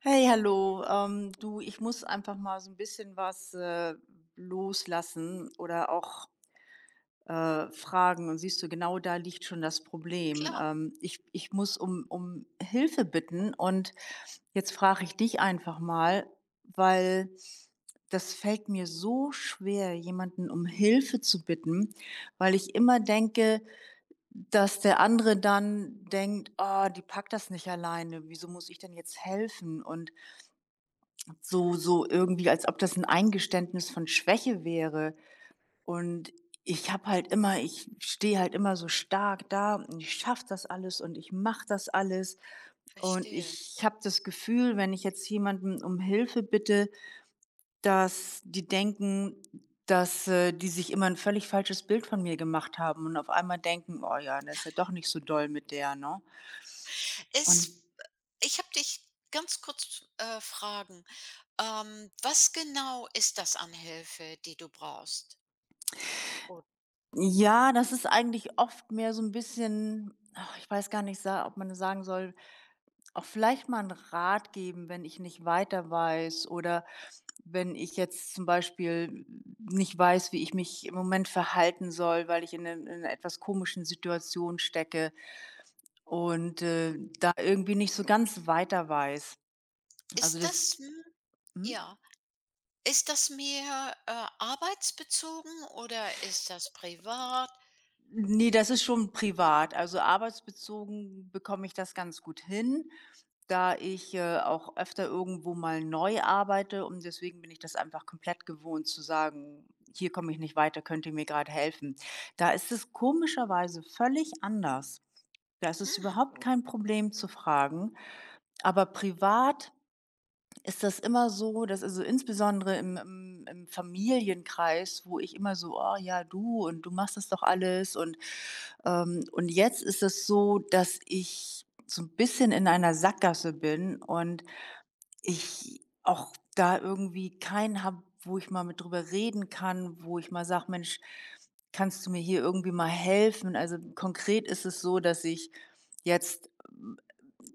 Hey, hallo. Du, ich muss einfach mal so ein bisschen was, loslassen oder auch, fragen. Und siehst du, genau da liegt schon das Problem. Klar, Ich muss um Hilfe bitten und jetzt frage ich dich einfach mal, weil das fällt mir so schwer, jemanden um Hilfe zu bitten, weil ich immer denke, dass der andere dann denkt: „Oh, die packt das nicht alleine. Wieso muss ich denn jetzt helfen?“ Und so irgendwie, als ob das ein Eingeständnis von Schwäche wäre. Und ich stehe halt immer so stark da und ich schaffe das alles und ich mache das alles. Und verstehe. ich habe das Gefühl, wenn ich jetzt jemanden um Hilfe bitte, dass die denken, dass, die sich immer ein völlig falsches Bild von mir gemacht haben und auf einmal denken: „Oh ja, das ist ja doch nicht so doll mit der“, ne? Und Ist ich habe dich ganz kurz, fragen, was genau ist das an Hilfe, die du brauchst? Ja, das ist eigentlich oft mehr so ein bisschen ach, ich weiß gar nicht, sa ob man das sagen soll, auch vielleicht mal einen Rat geben, wenn ich nicht weiter weiß oder wenn ich jetzt zum Beispiel nicht weiß, wie ich mich im Moment verhalten soll, weil ich in 'ner etwas komischen Situation stecke und, da irgendwie nicht so ganz weiter weiß. Also, Ist das das mhm. ja, ist das mehr, arbeitsbezogen oder ist das privat? Ne, das ist schon privat. Also, arbeitsbezogen bekomme ich das ganz gut hin, da ich, auch öfter irgendwo mal neu arbeite und deswegen bin ich das einfach komplett gewohnt zu sagen: „Hier komme ich nicht weiter, könnt ihr mir gerade helfen?“ Da ist es komischerweise völlig anders. Da ist es Hm. überhaupt kein Problem zu fragen, aber privat ist das immer so, dass also, insbesondere im Familienkreis, wo ich immer so: „Oh ja, du und du machst das doch alles“ und jetzt ist es so, dass ich so ein bisschen in einer Sackgasse bin und ich auch da irgendwie keinen habe, wo ich mal mit drüber reden kann, wo ich mal sage: „Mensch, kannst du mir hier irgendwie mal helfen?“ Also, konkret ist es so, dass ich jetzt,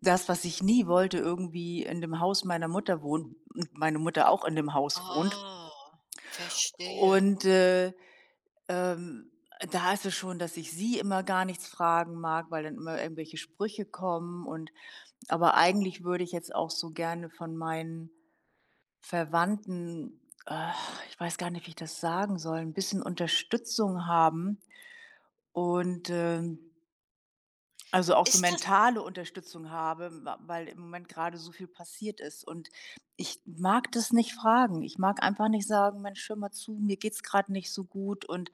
das, was ich nie wollte, irgendwie in dem Haus meiner Mutter wohnt, und meine Mutter auch in dem Haus wohnt. Ah, verstehe. Und, ähm, da ist es schon, dass ich sie immer gar nichts fragen mag, weil dann immer irgendwelche Sprüche kommen und aber eigentlich würde ich jetzt auch so gerne von meinen Verwandten, äh, ich weiß gar nicht, wie ich das sagen soll, ein bisschen Unterstützung haben und, also, auch so Ist das mentale Unterstützung habe, wa weil im Moment gerade so viel passiert ist. Und ich mag das nicht fragen. Ich mag einfach nicht sagen: „Mensch, hör mal zu, mir geht's gerade nicht so gut und“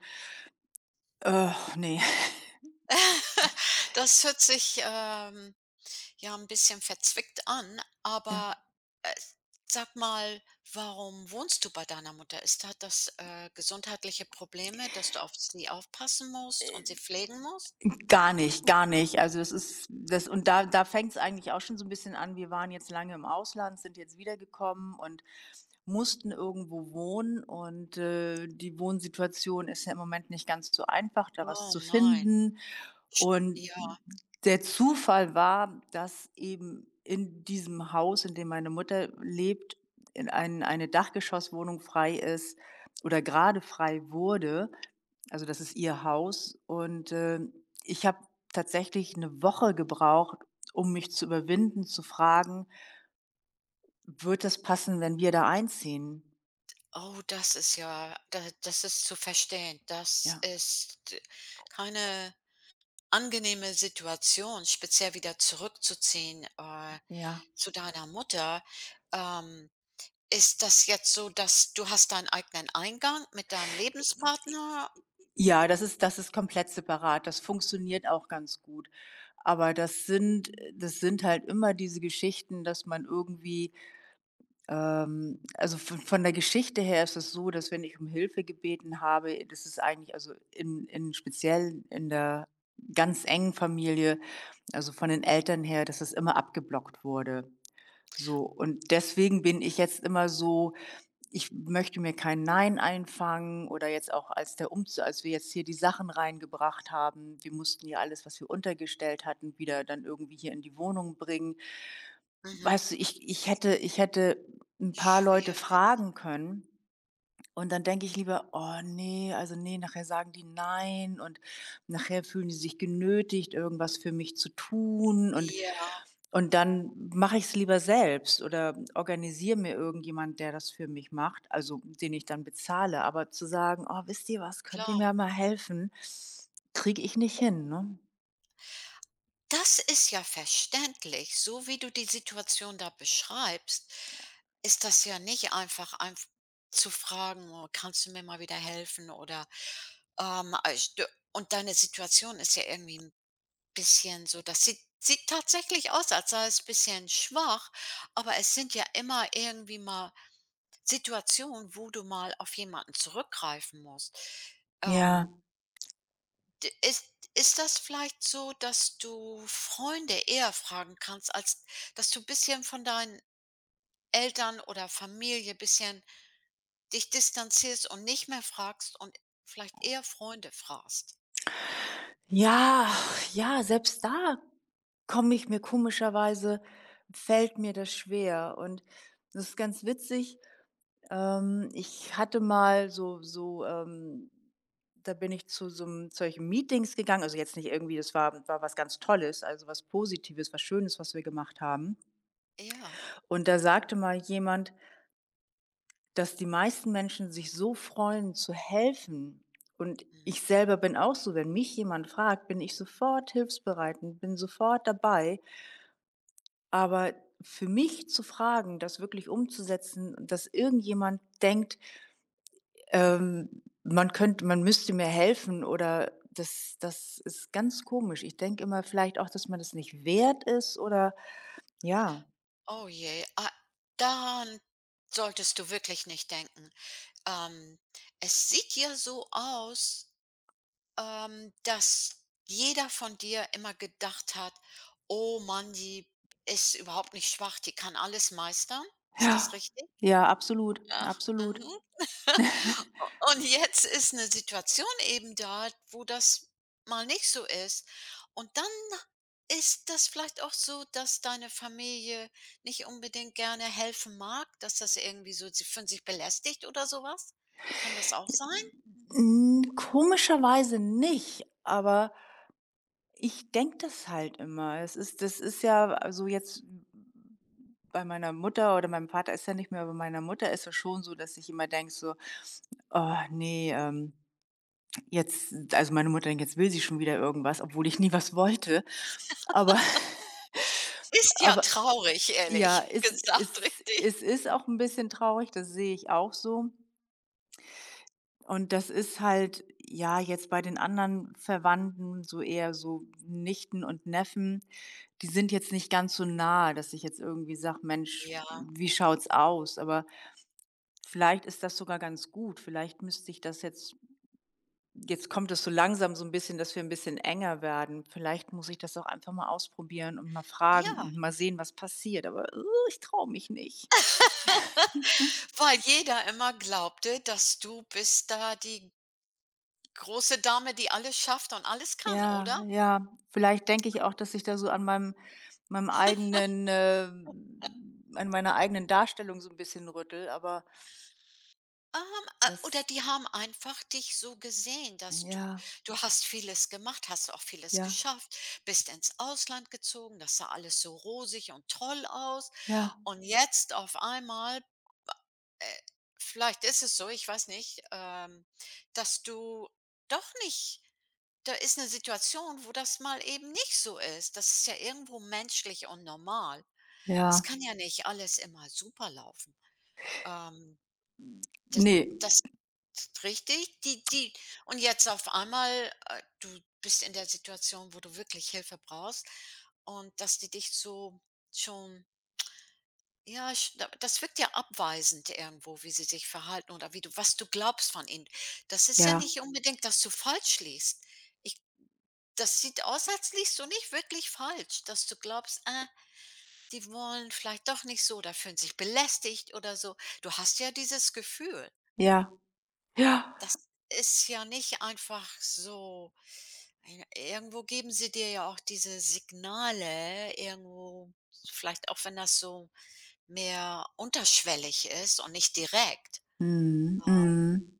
ne, das hört sich, ja ein bisschen verzwickt an, Ja. aber, äh, sag mal, warum wohnst du bei deiner Mutter? Ist hat das, gesundheitliche Probleme, dass du auf sie aufpassen musst und sie pflegen musst? Gar nicht, gar nicht. Also, das ist das und da fängt's eigentlich auch schon so ein bisschen an. Wir waren jetzt lange im Ausland, sind jetzt wiedergekommen und mussten irgendwo wohnen und, die Wohnsituation ist ja im Moment nicht ganz so einfach, da was Oh zu nein. finden. Sch Und ja, der Zufall war, dass eben in diesem Haus, in dem meine Mutter lebt, in ein eine Dachgeschosswohnung frei ist oder gerade frei wurde. Also, das ist ihr Haus und, ich habe tatsächlich eine Woche gebraucht, um mich zu überwinden, zu fragen: „Wird das passen, wenn wir da einziehen?“ oh, das ist ja da das ist zu verstehen. Das Ja, ist keine angenehme Situation, speziell wieder zurückzuziehen, ja. zu deiner Mutter. Ähm Ist das jetzt so, dass du hast deinen eigenen Eingang mit deinem Lebenspartner? Ja, das ist komplett separat. Das funktioniert auch ganz gut. Aber das sind halt immer diese Geschichten, dass man irgendwie, also von der Geschichte her ist es so, dass wenn ich um Hilfe gebeten habe, das ist eigentlich also in speziell in der ganz engen Familie, also von den Eltern her, dass das immer abgeblockt wurde. So, und deswegen bin ich jetzt immer so ich möchte mir kein Nein einfangen oder jetzt auch als der Umzug, als wir jetzt hier die Sachen reingebracht haben, wir mussten ja alles, was wir untergestellt hatten, wieder dann irgendwie hier in die Wohnung bringen. Mhm. Weißt du, ich hätte ein paar Leute Schwierig. fragen können und dann denke ich lieber: „Oh nee also nee nachher sagen die nein und nachher fühlen die sich genötigt, irgendwas für mich zu tun Ja, und dann mache ich es lieber selbst oder organisiere mir irgendjemand, der das für mich macht, also den ich dann bezahle.“ Aber zu sagen: „Oh, wisst ihr was, könnt ihr klar. mir mal helfen?“ Kriege ich nicht hin, ne? Das ist ja verständlich. So wie du die Situation da beschreibst, ist das ja nicht einfach einf zu fragen: „Oh, kannst du mir mal wieder helfen?“, oder, st und deine Situation ist ja irgendwie bisschen so, das sieht tatsächlich aus, als sei es ein bisschen schwach, aber es sind ja immer irgendwie mal Situationen, wo du mal auf jemanden zurückgreifen musst. Ja. Ähm, d ist ist das vielleicht so, dass du Freunde eher fragen kannst, als dass du ein bisschen von deinen Eltern oder Familie ein bisschen dich distanzierst und nicht mehr fragst und vielleicht eher Freunde fragst? Ja, ja, selbst da komme ich mir komischerweise fällt mir das schwer und das ist ganz witzig. Ich hatte mal da bin ich zu so 'nem solchen Meetings gegangen, also jetzt nicht irgendwie das war was ganz Tolles, also was Positives, was Schönes, was wir gemacht haben. Ja, Und da sagte mal jemand, dass die meisten Menschen sich so freuen, zu helfen. Und mhm. ich selber bin auch so, wenn mich jemand fragt, bin ich sofort hilfsbereit und bin sofort dabei. Aber für mich zu fragen, das wirklich umzusetzen, dass irgendjemand denkt: man könnte man müsste mir helfen oder das ist ganz komisch. Ich denke immer vielleicht auch, dass man das nicht wert ist oder ja. Oh je, ah, daran solltest du wirklich nicht denken. Ähm, es sieht ja so aus, dass jeder von dir immer gedacht hat: „Oh Mann, die ist überhaupt nicht schwach, die kann alles meistern.“ Ist Ja, das richtig? ja, absolut, Ach, absolut. mhm. U und jetzt ist eine Situation eben da, wo das mal nicht so ist. Und dann ist das vielleicht auch so, dass deine Familie nicht unbedingt gerne helfen mag, dass das irgendwie so, sie fühlen sich belästigt oder sowas. Kann das auch sein? Hm, komischerweise nicht, aber ich denke das halt immer. Es ist Das ist ja also jetzt bei meiner Mutter oder meinem Vater ist ja nicht mehr, aber bei meiner Mutter ist es schon so, dass ich immer denke so: „Oh ne, Jetzt also, meine Mutter denkt, jetzt will sie schon wieder irgendwas, obwohl ich nie was wollte. Aber Ist ja aber traurig, ja, ehrlich gesagt, richtig. es ist auch ein bisschen traurig, das sehe ich auch so. Und das ist halt, ja, jetzt bei den anderen Verwandten so eher so Nichten und Neffen, die sind jetzt nicht ganz so nah, dass ich jetzt irgendwie sage: „Mensch, Ja, wie schaut's aus?“ Aber vielleicht ist das sogar ganz gut. Vielleicht müsste ich das jetzt kommt es so langsam so ein bisschen, dass wir ein bisschen enger werden. Vielleicht muss ich das auch einfach mal ausprobieren und mal fragen ja. und mal sehen, was passiert, aber ich traue mich nicht. Weil jeder immer glaubte, dass du bist da die große Dame, die alles schafft und alles kann, Ja, oder? ja. Vielleicht denke ich auch, dass ich da so an meinem eigenen, an meiner eigenen Darstellung so ein bisschen rüttel. Aber Oder das die haben einfach dich so gesehen, dass du ja, du hast vieles gemacht, hast auch vieles ja, geschafft, bist ins Ausland gezogen, das sah alles so rosig und toll aus. ja, Und jetzt auf einmal, äh, vielleicht ist es so, ich weiß nicht, dass du doch nicht da ist eine Situation, wo das mal eben nicht so ist. Das ist ja irgendwo menschlich und normal. Es ja. kann ja nicht alles immer super laufen. Ähm, das Ne, das ist richtig, die die und jetzt auf einmal, du bist in der Situation, wo du wirklich Hilfe brauchst und dass die dich so schon ja, sch da das wirkt ja abweisend irgendwo, wie sie sich verhalten oder wie du was du glaubst von ihnen. Das ist ja ja, nicht unbedingt, dass du falsch liegst. Ich das sieht aus, als liegst du nicht wirklich falsch, dass du glaubst: „Ah, die wollen vielleicht doch nicht, so da fühlen sich belästigt oder so.“ Du hast ja dieses Gefühl. ja, ja. Das ist ja nicht einfach so. Ir irgendwo geben sie dir ja auch diese Signale irgendwo, vielleicht auch wenn das so mehr unterschwellig ist und nicht direkt. Mhm, mhm.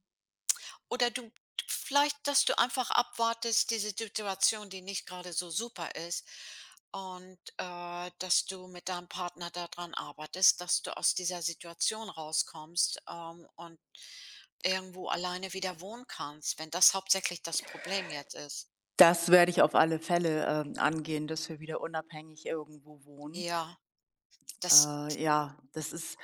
Oder du vielleicht, dass du einfach abwartest, diese Situation, die nicht gerade so super ist, und, dass du mit deinem Partner daran arbeitest, dass du aus dieser Situation rauskommst, und irgendwo alleine wieder wohnen kannst, wenn das hauptsächlich das Problem jetzt ist. Das werde ich auf alle Fälle, angehen, dass wir wieder unabhängig irgendwo wohnen. Ja, das Ja,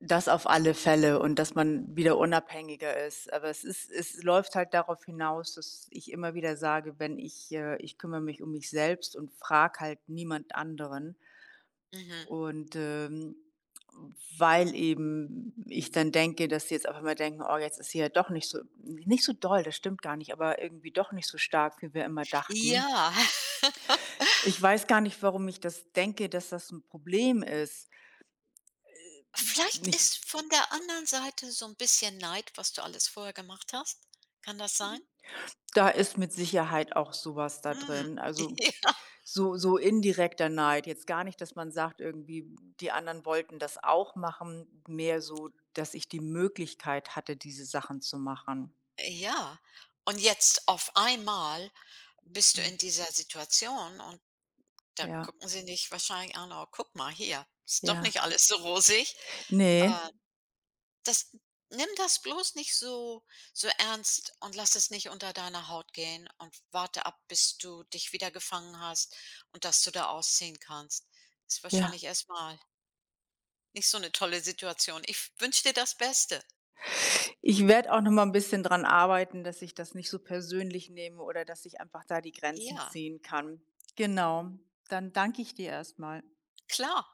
das auf alle Fälle und dass man wieder unabhängiger ist. Aber es läuft halt darauf hinaus, dass ich immer wieder sage, wenn ich ich kümmere mich um mich selbst und frage halt niemand anderen. mhm. Und, weil eben ich dann denke, dass sie jetzt auf einmal denken: „Oh, jetzt ist sie ja doch nicht so nicht so doll, das stimmt gar nicht, aber irgendwie doch nicht so stark, wie wir immer dachten.“ Ja, Ich weiß gar nicht, warum ich das denke, dass das ein Problem ist. vielleicht Ich ist von der anderen Seite so ein bisschen Neid, was du alles vorher gemacht hast. Kann das sein? da ist mit Sicherheit auch sowas da Mhm. drin. Also, so indirekter Neid. Jetzt gar nicht, dass man sagt irgendwie, die anderen wollten das auch machen, mehr so, dass ich die Möglichkeit hatte, diese Sachen zu machen. Ja, und jetzt auf einmal bist du Hm. in dieser Situation und da Ja, gucken sie dich wahrscheinlich an: „Oh, guck mal hier, ist doch ja. nicht alles so rosig.“ Ne, Äh, das nimm das bloß nicht so so ernst und lass es nicht unter deiner Haut gehen und warte ab, bis du dich wieder gefangen hast und dass du da ausziehen kannst. Ist ja. wahrscheinlich erstmal nicht so eine tolle Situation. Ich wünsche dir das Beste. Ich werde auch noch mal ein bisschen dran arbeiten, dass ich das nicht so persönlich nehme oder dass ich einfach da die Grenzen Ja, ziehen kann. Genau. Dann danke ich dir erstmal. klar.